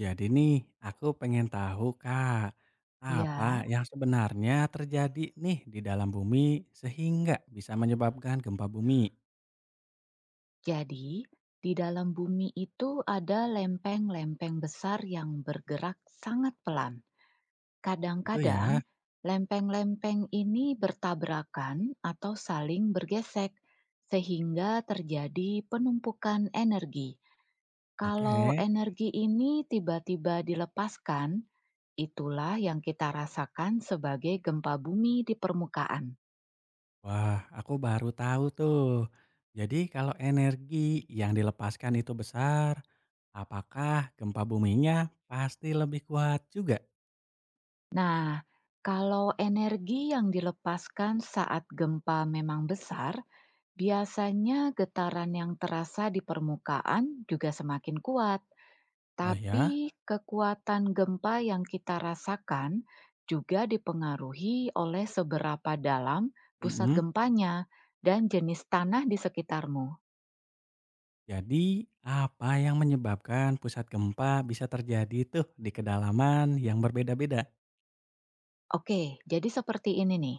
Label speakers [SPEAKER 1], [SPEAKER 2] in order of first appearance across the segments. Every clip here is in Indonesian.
[SPEAKER 1] Jadi nih, aku pengen tahu Kak, apa
[SPEAKER 2] Ya,
[SPEAKER 1] yang sebenarnya terjadi nih di dalam bumi sehingga bisa menyebabkan gempa bumi?
[SPEAKER 2] jadi di dalam bumi itu ada lempeng-lempeng besar yang bergerak sangat pelan.
[SPEAKER 1] Itu
[SPEAKER 2] Kadang-kadang,
[SPEAKER 1] ya.
[SPEAKER 2] lempeng-lempeng ini bertabrakan atau saling bergesek, sehingga terjadi penumpukan energi.
[SPEAKER 1] Oke.
[SPEAKER 2] Kalau energi ini tiba-tiba dilepaskan, itulah yang kita rasakan sebagai gempa bumi di permukaan.
[SPEAKER 1] Wah, aku baru tahu tuh. Jadi kalau energi yang dilepaskan itu besar, apakah gempa buminya pasti lebih kuat juga?
[SPEAKER 2] Nah, kalau energi yang dilepaskan saat gempa memang besar, biasanya getaran yang terasa di permukaan juga semakin kuat.
[SPEAKER 1] Oh
[SPEAKER 2] Tapi
[SPEAKER 1] ya?
[SPEAKER 2] kekuatan gempa yang kita rasakan juga dipengaruhi oleh seberapa dalam pusat
[SPEAKER 1] Mm-mm.
[SPEAKER 2] gempanya dan jenis tanah di sekitarmu.
[SPEAKER 1] Jadi apa yang menyebabkan pusat gempa bisa terjadi tuh di kedalaman yang berbeda-beda?
[SPEAKER 2] Oke, jadi seperti ini nih.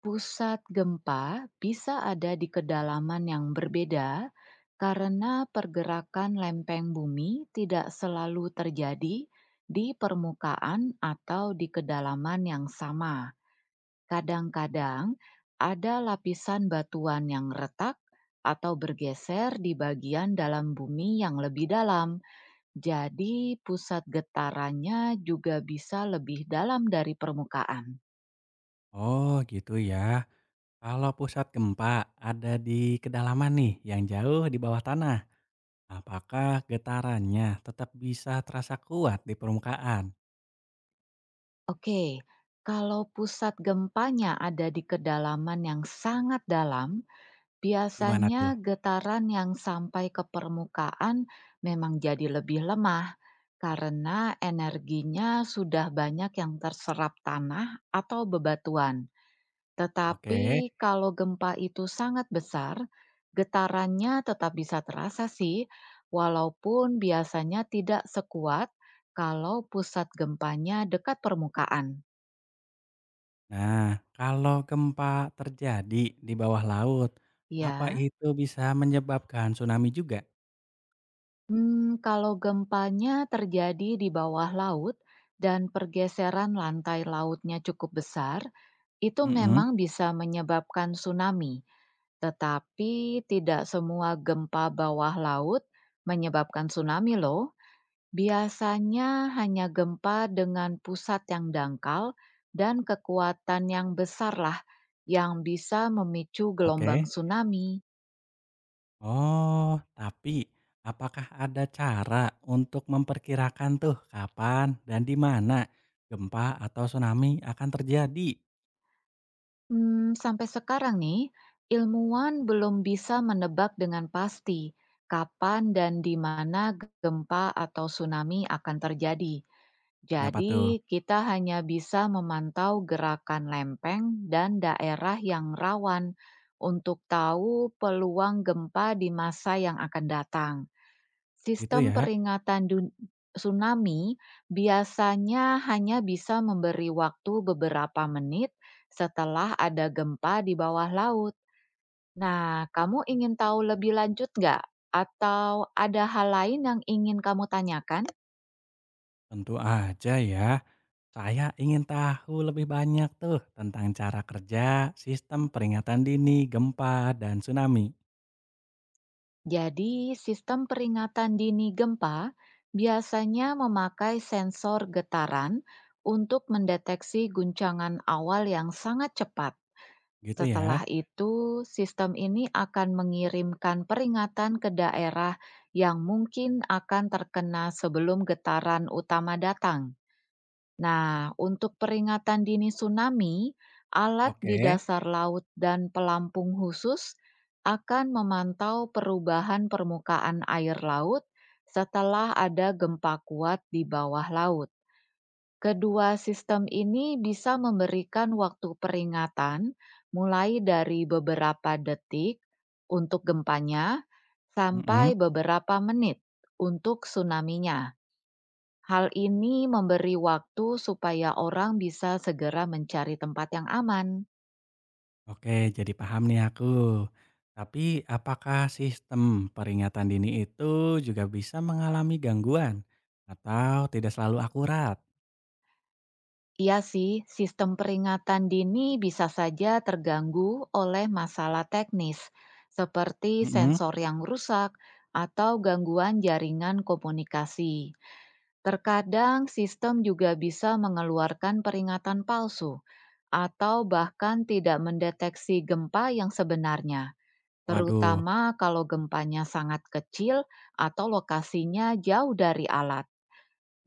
[SPEAKER 2] Pusat gempa bisa ada di kedalaman yang berbeda karena pergerakan lempeng bumi tidak selalu terjadi di permukaan atau di kedalaman yang sama. Kadang-kadang ada lapisan batuan yang retak atau bergeser di bagian dalam bumi yang lebih dalam. Jadi pusat getarannya juga bisa lebih dalam dari permukaan.
[SPEAKER 1] Oh gitu ya. Kalau pusat gempa ada di kedalaman nih yang jauh di bawah tanah, apakah getarannya tetap bisa terasa kuat di permukaan?
[SPEAKER 2] Oke, kalau pusat gempanya ada di kedalaman yang sangat dalam,
[SPEAKER 1] Gimana
[SPEAKER 2] biasanya
[SPEAKER 1] tuh?
[SPEAKER 2] getaran yang sampai ke permukaan memang jadi lebih lemah karena energinya sudah banyak yang terserap tanah atau bebatuan. Tetapi
[SPEAKER 1] Oke.
[SPEAKER 2] kalau gempa itu sangat besar, getarannya tetap bisa terasa sih, walaupun biasanya tidak sekuat kalau pusat gempanya dekat permukaan.
[SPEAKER 1] Nah, kalau gempa terjadi di bawah laut, apa
[SPEAKER 2] Ya,
[SPEAKER 1] itu bisa menyebabkan tsunami juga?
[SPEAKER 2] hmm, kalau gempanya terjadi di bawah laut dan pergeseran lantai lautnya cukup besar, itu
[SPEAKER 1] Mm-mm.
[SPEAKER 2] memang bisa menyebabkan tsunami. Tetapi tidak semua gempa bawah laut menyebabkan tsunami loh. Biasanya hanya gempa dengan pusat yang dangkal dan kekuatan yang besarlah yang bisa memicu gelombang
[SPEAKER 1] Oke.
[SPEAKER 2] tsunami.
[SPEAKER 1] Oh, tapi apakah ada cara untuk memperkirakan tuh kapan dan di mana gempa atau tsunami akan terjadi?
[SPEAKER 2] Hmm, sampai sekarang nih, ilmuwan belum bisa menebak dengan pasti kapan dan di mana gempa atau tsunami akan terjadi.
[SPEAKER 1] Kenapa
[SPEAKER 2] Jadi,
[SPEAKER 1] tuh?
[SPEAKER 2] kita hanya bisa memantau gerakan lempeng dan daerah yang rawan untuk tahu peluang gempa di masa yang akan datang.
[SPEAKER 1] Gitu
[SPEAKER 2] Sistem
[SPEAKER 1] ya?
[SPEAKER 2] peringatan tsunami biasanya hanya bisa memberi waktu beberapa menit setelah ada gempa di bawah laut. Nah, kamu ingin tahu lebih lanjut nggak? Atau ada hal lain yang ingin kamu tanyakan?
[SPEAKER 1] Tentu aja ya. Saya ingin tahu lebih banyak tuh tentang cara kerja sistem peringatan dini gempa dan tsunami.
[SPEAKER 2] Jadi, sistem peringatan dini gempa biasanya memakai sensor getaran untuk mendeteksi guncangan awal yang sangat cepat.
[SPEAKER 1] Gitu
[SPEAKER 2] Setelah
[SPEAKER 1] ya?
[SPEAKER 2] itu, sistem ini akan mengirimkan peringatan ke daerah yang mungkin akan terkena sebelum getaran utama datang. Nah, untuk peringatan dini tsunami, alat di
[SPEAKER 1] Oke.
[SPEAKER 2] dasar laut dan pelampung khusus akan memantau perubahan permukaan air laut setelah ada gempa kuat di bawah laut. Kedua sistem ini bisa memberikan waktu peringatan mulai dari beberapa detik untuk gempanya sampai
[SPEAKER 1] Mm-mm.
[SPEAKER 2] beberapa menit untuk tsunaminya. Hal ini memberi waktu supaya orang bisa segera mencari tempat yang aman.
[SPEAKER 1] Oke, jadi paham nih aku. Tapi apakah sistem peringatan dini itu juga bisa mengalami gangguan atau tidak selalu akurat?
[SPEAKER 2] Iya sih, sistem peringatan dini bisa saja terganggu oleh masalah teknis seperti
[SPEAKER 1] Mhm.
[SPEAKER 2] sensor yang rusak atau gangguan jaringan komunikasi. Terkadang sistem juga bisa mengeluarkan peringatan palsu atau bahkan tidak mendeteksi gempa yang sebenarnya,
[SPEAKER 1] Waduh,
[SPEAKER 2] terutama kalau gempanya sangat kecil atau lokasinya jauh dari alat.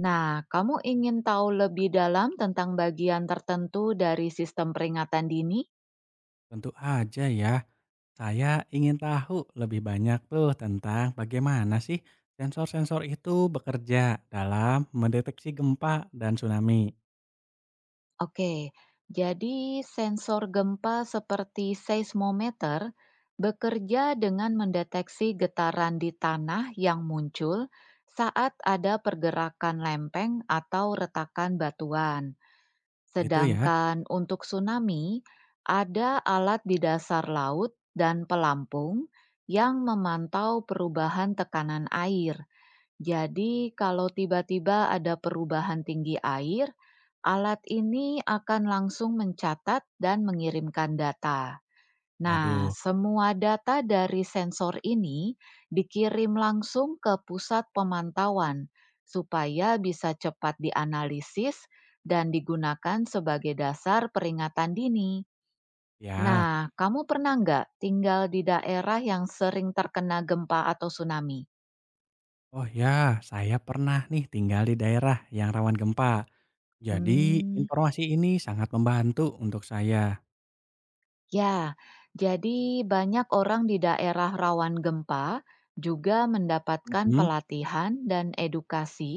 [SPEAKER 2] Nah, kamu ingin tahu lebih dalam tentang bagian tertentu dari sistem peringatan dini?
[SPEAKER 1] tentu aja ya. Saya ingin tahu lebih banyak tuh tentang bagaimana sih sensor-sensor itu bekerja dalam mendeteksi gempa dan tsunami.
[SPEAKER 2] Oke, jadi sensor gempa seperti seismometer bekerja dengan mendeteksi getaran di tanah yang muncul saat ada pergerakan lempeng atau retakan batuan.
[SPEAKER 1] Gitu ya.
[SPEAKER 2] Sedangkan untuk tsunami, ada alat di dasar laut dan pelampung yang memantau perubahan tekanan air. Jadi, kalau tiba-tiba ada perubahan tinggi air, alat ini akan langsung mencatat dan mengirimkan data. Nah,
[SPEAKER 1] Waduh,
[SPEAKER 2] semua data dari sensor ini dikirim langsung ke pusat pemantauan supaya bisa cepat dianalisis dan digunakan sebagai dasar peringatan dini.
[SPEAKER 1] ya.
[SPEAKER 2] Nah, kamu pernah nggak tinggal di daerah yang sering terkena gempa atau tsunami?
[SPEAKER 1] Oh ya, saya pernah nih tinggal di daerah yang rawan gempa. Jadi
[SPEAKER 2] Hmm,
[SPEAKER 1] informasi ini sangat membantu untuk saya.
[SPEAKER 2] ya, jadi banyak orang di daerah rawan gempa juga mendapatkan
[SPEAKER 1] Mhm,
[SPEAKER 2] pelatihan dan edukasi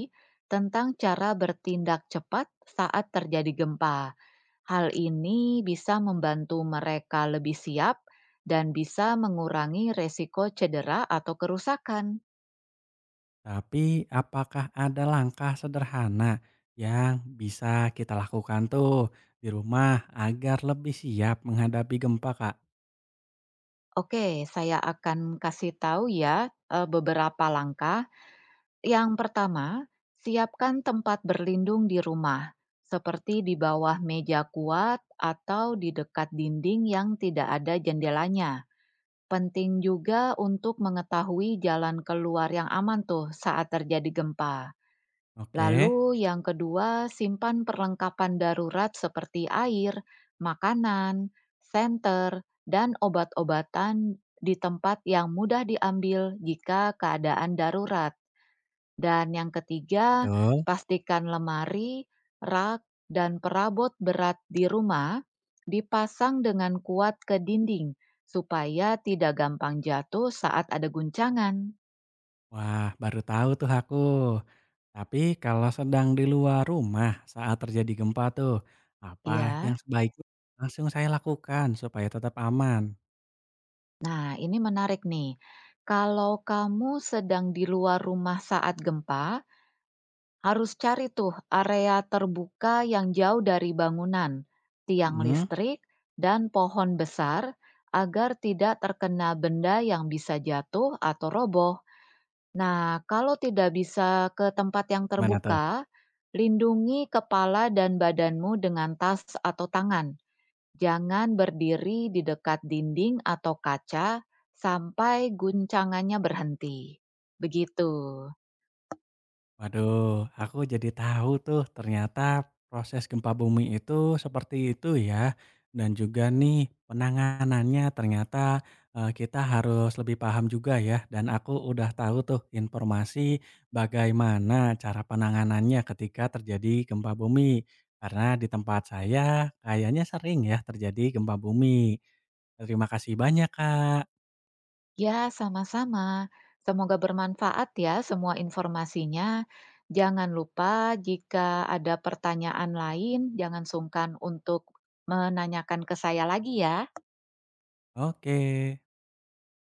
[SPEAKER 2] tentang cara bertindak cepat saat terjadi gempa. Hal ini bisa membantu mereka lebih siap dan bisa mengurangi resiko cedera atau kerusakan.
[SPEAKER 1] tapi apakah ada langkah sederhana yang bisa kita lakukan tuh di rumah agar lebih siap menghadapi gempa, Kak?
[SPEAKER 2] Oke, saya akan kasih tahu ya beberapa langkah. Yang pertama, siapkan tempat berlindung di rumah, seperti di bawah meja kuat atau di dekat dinding yang tidak ada jendelanya. Penting juga untuk mengetahui jalan keluar yang aman tuh saat terjadi gempa.
[SPEAKER 1] Oke,
[SPEAKER 2] Lalu yang kedua, simpan perlengkapan darurat seperti air, makanan, senter, dan obat-obatan di tempat yang mudah diambil jika keadaan darurat, dan yang ketiga,
[SPEAKER 1] betul.
[SPEAKER 2] pastikan lemari, rak, dan perabot berat di rumah dipasang dengan kuat ke dinding supaya tidak gampang jatuh saat ada guncangan.
[SPEAKER 1] Wah, baru tahu tuh aku. Tapi kalau sedang di luar rumah saat terjadi gempa tuh, apa yang
[SPEAKER 2] Iya.
[SPEAKER 1] sebaiknya langsung saya lakukan supaya tetap aman?
[SPEAKER 2] Nah, ini menarik nih. Kalau kamu sedang di luar rumah saat gempa, harus cari tuh area terbuka yang jauh dari bangunan, tiang
[SPEAKER 1] Mhm,
[SPEAKER 2] listrik, dan pohon besar agar tidak terkena benda yang bisa jatuh atau roboh. Nah, kalau tidak bisa ke tempat yang
[SPEAKER 1] gimana tuh?
[SPEAKER 2] terbuka, lindungi kepala dan badanmu dengan tas atau tangan. Jangan berdiri di dekat dinding atau kaca sampai guncangannya berhenti. Begitu.
[SPEAKER 1] Waduh, aku jadi tahu tuh ternyata proses gempa bumi itu seperti itu ya. Dan juga nih penanganannya ternyata kita harus lebih paham juga ya. Dan aku udah tahu tuh informasi bagaimana cara penanganannya ketika terjadi gempa bumi. Karena di tempat saya kayaknya sering ya terjadi gempa bumi. Terima kasih banyak Kak.
[SPEAKER 2] Ya, sama-sama. Semoga bermanfaat ya semua informasinya. Jangan lupa jika ada pertanyaan lain, jangan sungkan untuk menanyakan ke saya lagi ya.
[SPEAKER 1] Oke.